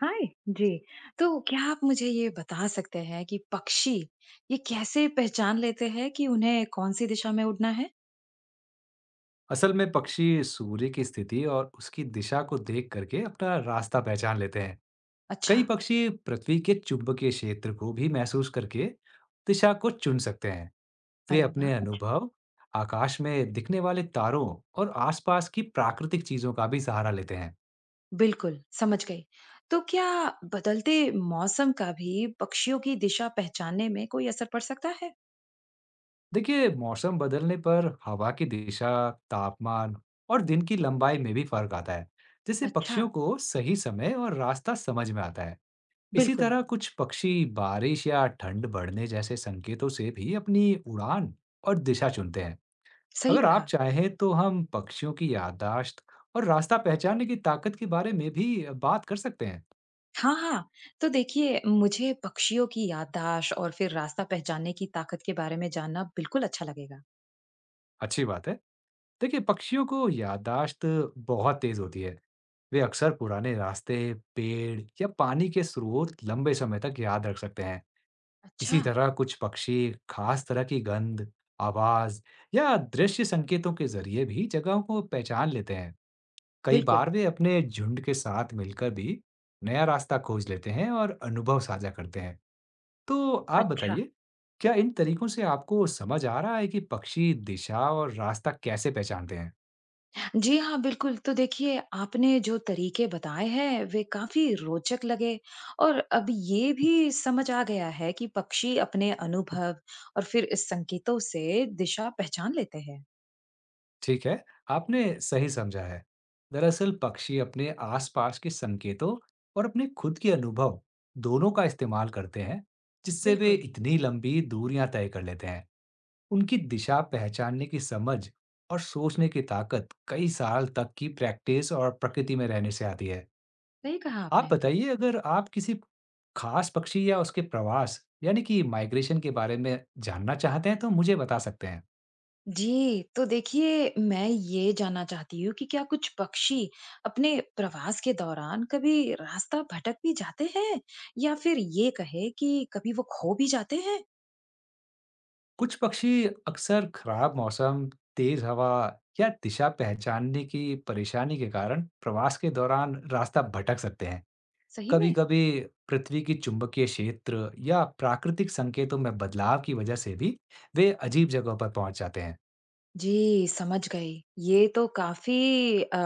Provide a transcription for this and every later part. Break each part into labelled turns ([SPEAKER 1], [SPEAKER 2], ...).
[SPEAKER 1] हाय। जी। तो क्या आप मुझे ये बता सकते हैं कि पक्षी ये कैसे पहचान लेते हैं कि उन्हें कौन सी दिशा में उड़ना है।
[SPEAKER 2] असल में पक्षी सूर्य की स्थिति और उसकी दिशा को देख करके अपना रास्ता पहचान लेते हैं।
[SPEAKER 1] अच्छा।
[SPEAKER 2] कई पक्षी पृथ्वी के चुंबकीय क्षेत्र को भी महसूस करके दिशा को चुन सकते हैं। वे
[SPEAKER 1] अरे वाह,
[SPEAKER 2] अपने
[SPEAKER 1] अच्छा।
[SPEAKER 2] अनुभव, आकाश में दिखने वाले तारों और आसपास की प्राकृतिक चीजों का भी सहारा लेते हैं।
[SPEAKER 1] बिल्कुल समझ गई। तो क्या बदलते मौसम का भी पक्षियों की दिशा पहचानने में कोई असर पड़ सकता है?
[SPEAKER 2] देखिए, मौसम बदलने पर हवा की दिशा, तापमान और दिन की लंबाई में भी फर्क आता है, जिससे
[SPEAKER 1] अच्छा।
[SPEAKER 2] पक्षियों को सही समय और रास्ता समझ में आता है। इसी
[SPEAKER 1] बिल्कुल।
[SPEAKER 2] तरह कुछ पक्षी बारिश या ठंड बढ़ने जैसे संकेतों से भी अपनी उड़ान और दिशा चुनते हैं।
[SPEAKER 1] सही
[SPEAKER 2] अगर आप
[SPEAKER 1] कहा।
[SPEAKER 2] चाहें तो हम पक्षियों की याददाश्त और रास्ता पहचानने की ताकत के बारे में भी बात कर सकते हैं।
[SPEAKER 1] हाँ हाँ, तो देखिए, मुझे पक्षियों की याददाश्त और फिर रास्ता पहचानने की ताकत के बारे में जानना बिल्कुल अच्छा लगेगा।
[SPEAKER 2] अच्छी बात है। देखिए, पक्षियों को याददाश्त बहुत तेज होती है। वे अक्सर पुराने रास्ते, पेड़ या पानी के स्रोत लंबे समय तक याद रख सकते हैं।
[SPEAKER 1] अच्छा।
[SPEAKER 2] इसी तरह कुछ पक्षी खास तरह की गंध, आवाज या दृश्य संकेतों के जरिए भी जगहों को पहचान लेते हैं। कई
[SPEAKER 1] बिल्कुल।
[SPEAKER 2] बार वे अपने झुंड के साथ मिलकर भी नया रास्ता खोज लेते हैं और अनुभव साझा करते हैं। तो आप
[SPEAKER 1] अच्छा।
[SPEAKER 2] बताइए, क्या इन तरीकों से आपको समझ आ रहा है कि पक्षी दिशा और रास्ता कैसे पहचानते हैं?
[SPEAKER 1] जी हाँ, बिल्कुल। तो देखिए, आपने जो तरीके बताए हैं, वे काफ़ी रोचक लगे और अब ये भी समझ आ गया है कि पक्षी अपने अनुभव और फिर इस संकेतों से दिशा पहचान लेते हैं।
[SPEAKER 2] ठीक है, आपने सही समझा है। दरअसल पक्षी अपने आसपास के संकेतों और अपने खुद के अनुभव दोनों का इस्तेमाल करते हैं, जिससे वे
[SPEAKER 1] बिल्कुल,
[SPEAKER 2] इतनी लंबी दूरियां तय कर लेते हैं। उनकी दिशा पहचानने की समझ और सोचने की ताकत कई साल तक की प्रैक्टिस और प्रकृति में रहने से आती है।
[SPEAKER 1] सही कहा
[SPEAKER 2] आप
[SPEAKER 1] आपने।
[SPEAKER 2] बताइए, अगर आप किसी खास पक्षी या उसके प्रवास, यानी कि माइग्रेशन के बारे में जानना चाहते हैं, तो मुझे बता सकते हैं।
[SPEAKER 1] जी, तो देखिए, मैं ये जानना चाहती हूँ कि क्या कुछ पक्षी अपने प्रवास के दौरान कभी रास्ता भटक भी जाते हैं? या फिर ये कहें कि कभी वो खो भी जाते हैं?
[SPEAKER 2] कुछ पक्षी अक्सर खराब मौसम, तेज हवा या दिशा पहचानने की परेशानी के कारण प्रवास के दौरान रास्ता भटक सकते हैं।
[SPEAKER 1] सही में?
[SPEAKER 2] कभी-कभी पृथ्वी की चुंबकीय क्षेत्र या प्राकृतिक संकेतों में बदलाव की वजह से भी वे अजीब जगहों पर पहुंच जाते हैं।
[SPEAKER 1] जी, समझ गई। ये तो काफ़ी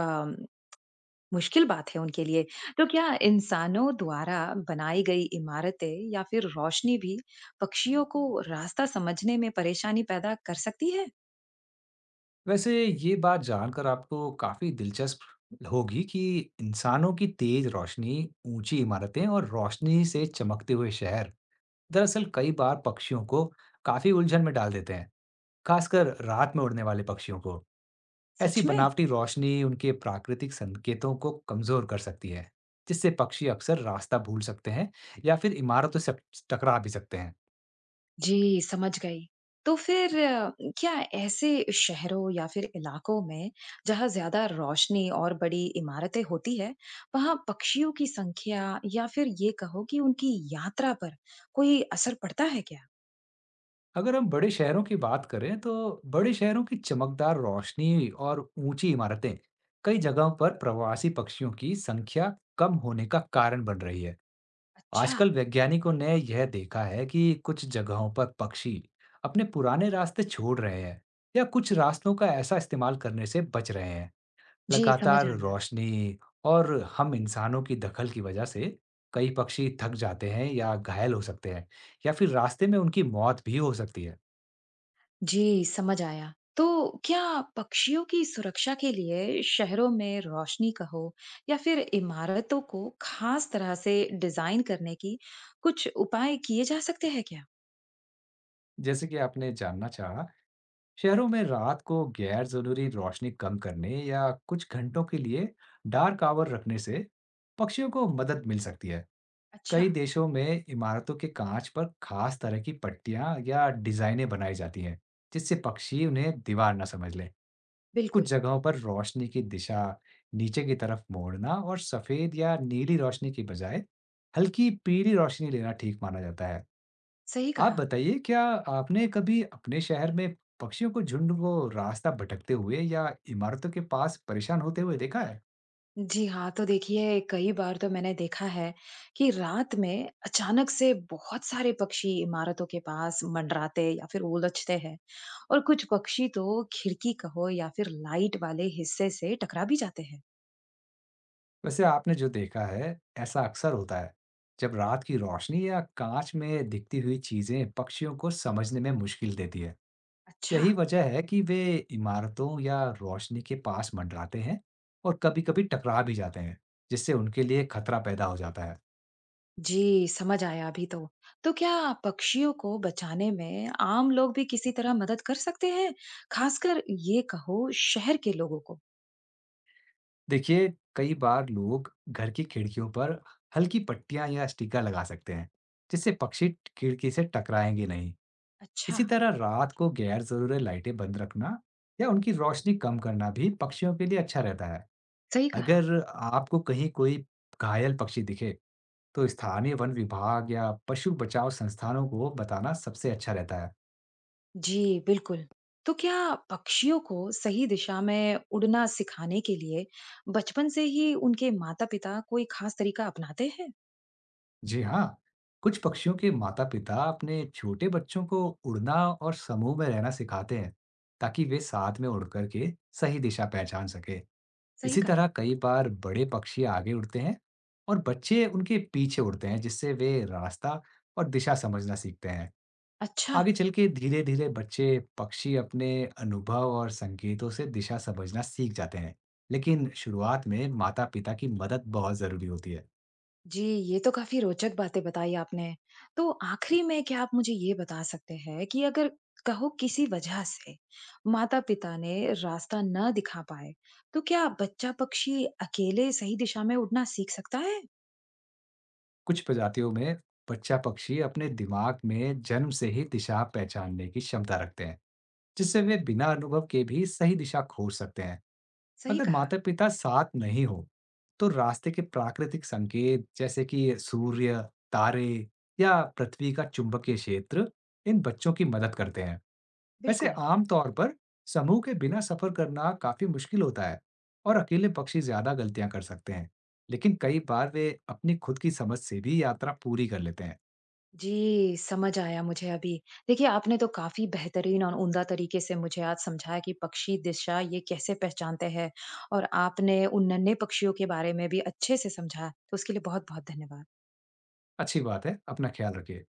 [SPEAKER 1] मुश्किल बात है उनके लिए। तो क्या इंसानों द्वारा बनाई गई इमारतें या फिर रोशनी भी पक्षियों को रास्ता समझने में परेशानी पैदा कर सकती है?
[SPEAKER 2] वैसे ये बात जानकर आपको काफी दिलचस्प होगी कि इंसानों की तेज रोशनी, ऊंची इमारतें और रोशनी से चमकते हुए शहर दरअसल कई बार पक्षियों को काफी उलझन में डाल देते हैं। खासकर रात में उड़ने वाले पक्षियों को। ऐसी
[SPEAKER 1] सच में?
[SPEAKER 2] बनावटी रोशनी उनके प्राकृतिक संकेतों को कमज़ोर कर सकती है, जिससे पक्षी अक्सर रास्ता भूल सकते हैं या फिर इमारतों से टकरा भी सकते हैं।
[SPEAKER 1] जी, समझ गई। तो फिर क्या ऐसे शहरों या फिर इलाकों में जहाँ ज़्यादा रोशनी और बड़ी इमारतें होती हैं, वहाँ पक्षियों की संख्या या फिर ये कहो कि उनकी यात्रा पर कोई असर पड़ता है क्या?
[SPEAKER 2] अगर हम बड़े शहरों की बात करें तो बड़े शहरों की चमकदार रोशनी और ऊंची इमारतें कई जगहों पर प्रवासी पक्षियों की संख्या कम होने का कारण बन रही है।
[SPEAKER 1] अच्छा।
[SPEAKER 2] आजकल वैज्ञानिकों ने यह देखा है कि कुछ जगहों पर पक्षी अपने पुराने रास्ते छोड़ रहे हैं या कुछ रास्तों का ऐसा इस्तेमाल करने से बच रहे हैं।
[SPEAKER 1] जी, समझ
[SPEAKER 2] लगातार
[SPEAKER 1] आया।
[SPEAKER 2] रोशनी और हम इंसानों की दखल की वजह से कई पक्षी थक जाते हैं या घायल हो सकते हैं या फिर रास्ते में उनकी मौत भी हो सकती है।
[SPEAKER 1] जी, समझ आया। तो क्या पक्षियों की सुरक्षा के लिए शहरों में रोशनी कहो या फिर इमारतों को खास तरह से डिज़ाइन करने की कुछ उपाय किए जा सकते हैं क्या?
[SPEAKER 2] जैसे कि आपने जानना चाहा, शहरों में रात को गैर जरूरी रोशनी कम करने या कुछ घंटों के लिए डार्क आवर रखने से पक्षियों को मदद मिल सकती है।
[SPEAKER 1] अच्छा।
[SPEAKER 2] कई देशों में इमारतों के कांच पर खास तरह की पट्टियां या डिजाइनें बनाई जाती हैं, जिससे पक्षी उन्हें दीवार ना समझ लें। कुछ
[SPEAKER 1] बिल्कुल,
[SPEAKER 2] जगहों पर रोशनी की दिशा नीचे की तरफ मोड़ना और सफेद या नीली रोशनी की बजाय हल्की पीली रोशनी लेना ठीक माना जाता है।
[SPEAKER 1] सही
[SPEAKER 2] आप
[SPEAKER 1] कहा।
[SPEAKER 2] बताइए, क्या आपने कभी अपने शहर में पक्षियों को झुंड को रास्ता भटकते हुए या इमारतों के पास परेशान होते हुए देखा है?
[SPEAKER 1] जी हाँ, तो देखिए, कई बार तो मैंने देखा है कि रात में अचानक से बहुत सारे पक्षी इमारतों के पास मंडराते या फिर उलझते हैं और कुछ पक्षी तो खिड़की कहो या फिर लाइट वाले हिस्से से टकरा भी जाते हैं।
[SPEAKER 2] वैसे आपने जो देखा है, ऐसा अक्सर होता है, जब रात की रोशनी या कांच में दिखती हुई चीजें पक्षियों को समझने में मुश्किल देती है।
[SPEAKER 1] अच्छा।
[SPEAKER 2] यही वजह है कि वे इमारतों या रोशनी के पास मंडराते हैं और कभी-कभी टकरा भी जाते हैं, जिससे उनके लिए खतरा पैदा हो जाता है।
[SPEAKER 1] जी, समझ आया अभी तो। तो क्या पक्षियों को बचाने में आम लोग भी किसी तरह मदद कर सकते हैं, खासकर ये कहो शहर के लोगों को?
[SPEAKER 2] देखिए, कई बार लोग घर की खिड़कियों पर हल्की पट्टियां या स्टिकर लगा सकते हैं, जिससे पक्षी खिड़की से टकराएंगे नहीं।
[SPEAKER 1] अच्छा।
[SPEAKER 2] इसी तरह रात को गैर जरूरी लाइटें बंद रखना या उनकी रोशनी कम करना भी पक्षियों के लिए अच्छा रहता है।
[SPEAKER 1] सही कहा।
[SPEAKER 2] अगर आपको कहीं कोई घायल पक्षी दिखे तो स्थानीय वन विभाग या पशु बचाव संस्थानों को बताना सबसे अच्छा रहता है।
[SPEAKER 1] जी, बिल्कुल। तो क्या पक्षियों को सही दिशा में उड़ना सिखाने के लिए बचपन से ही उनके माता-पिता कोई खास तरीका अपनाते हैं?
[SPEAKER 2] जी हाँ, कुछ पक्षियों के माता पिता अपने छोटे बच्चों को उड़ना और समूह में रहना सिखाते हैं, ताकि वे साथ में उड़ करके सही दिशा पहचान सके।
[SPEAKER 1] सही
[SPEAKER 2] इसी तरह
[SPEAKER 1] कहा।
[SPEAKER 2] कई बार बड़े पक्षी आगे उड़ते हैं और बच्चे उनके पीछे उड़ते हैं, जिससे वे रास्ता और दिशा समझना सीखते हैं।
[SPEAKER 1] अच्छा।
[SPEAKER 2] आगे चल के धीरे धीरे बच्चे पक्षी अपने अनुभव और संकेतों से दिशा समझना सीख जाते हैं, लेकिन शुरुआत में माता पिता की मदद बहुत जरूरी होती है।
[SPEAKER 1] जी, ये तो काफ़ी रोचक बातें बताई आपने। तो आखिरी में क्या आप मुझे ये बता सकते हैं कि अगर कहो किसी वजह से माता-पिता ने रास्ता ना दिखा पाए, तो क्या बच्चा पक्षी अकेले सही दिशा में उड़ना सीख सकता है?
[SPEAKER 2] कुछ प्रजातियों में बच्चा पक्षी अपने दिमाग में जन्म से ही दिशा पहचानने की क्षमता रखते हैं, जिससे वे बिना अनुभव के भी सही दिशा खोज सकते हैं।
[SPEAKER 1] सही
[SPEAKER 2] अगर
[SPEAKER 1] कहा।
[SPEAKER 2] माता-पिता साथ नहीं हो, तो रास्ते के प्राकृतिक संकेत जैसे कि सूर्य, तारे या पृथ्वी का चुंबकीय क्षेत्र इन बच्चों की मदद करते हैं। वैसे
[SPEAKER 1] बिल्कुल।
[SPEAKER 2] आम तौर पर समूह के बिना सफर करना काफी मुश्किल होता है और अकेले पक्षी ज्यादा गलतियां कर सकते हैं। लेकिन कई बार वे अपनी खुद की समझ से भी यात्रा पूरी कर लेते हैं।
[SPEAKER 1] जी, समझ आया मुझे अभी। देखिए, आपने तो काफ़ी बेहतरीन और उम्दा तरीके से मुझे आज समझाया कि पक्षी दिशा ये कैसे पहचानते हैं और आपने उन नन्हे पक्षियों के बारे में भी अच्छे से समझाया, तो उसके लिए बहुत-बहुत धन्यवाद।
[SPEAKER 2] अच्छी बात है, अपना ख्याल रखिए।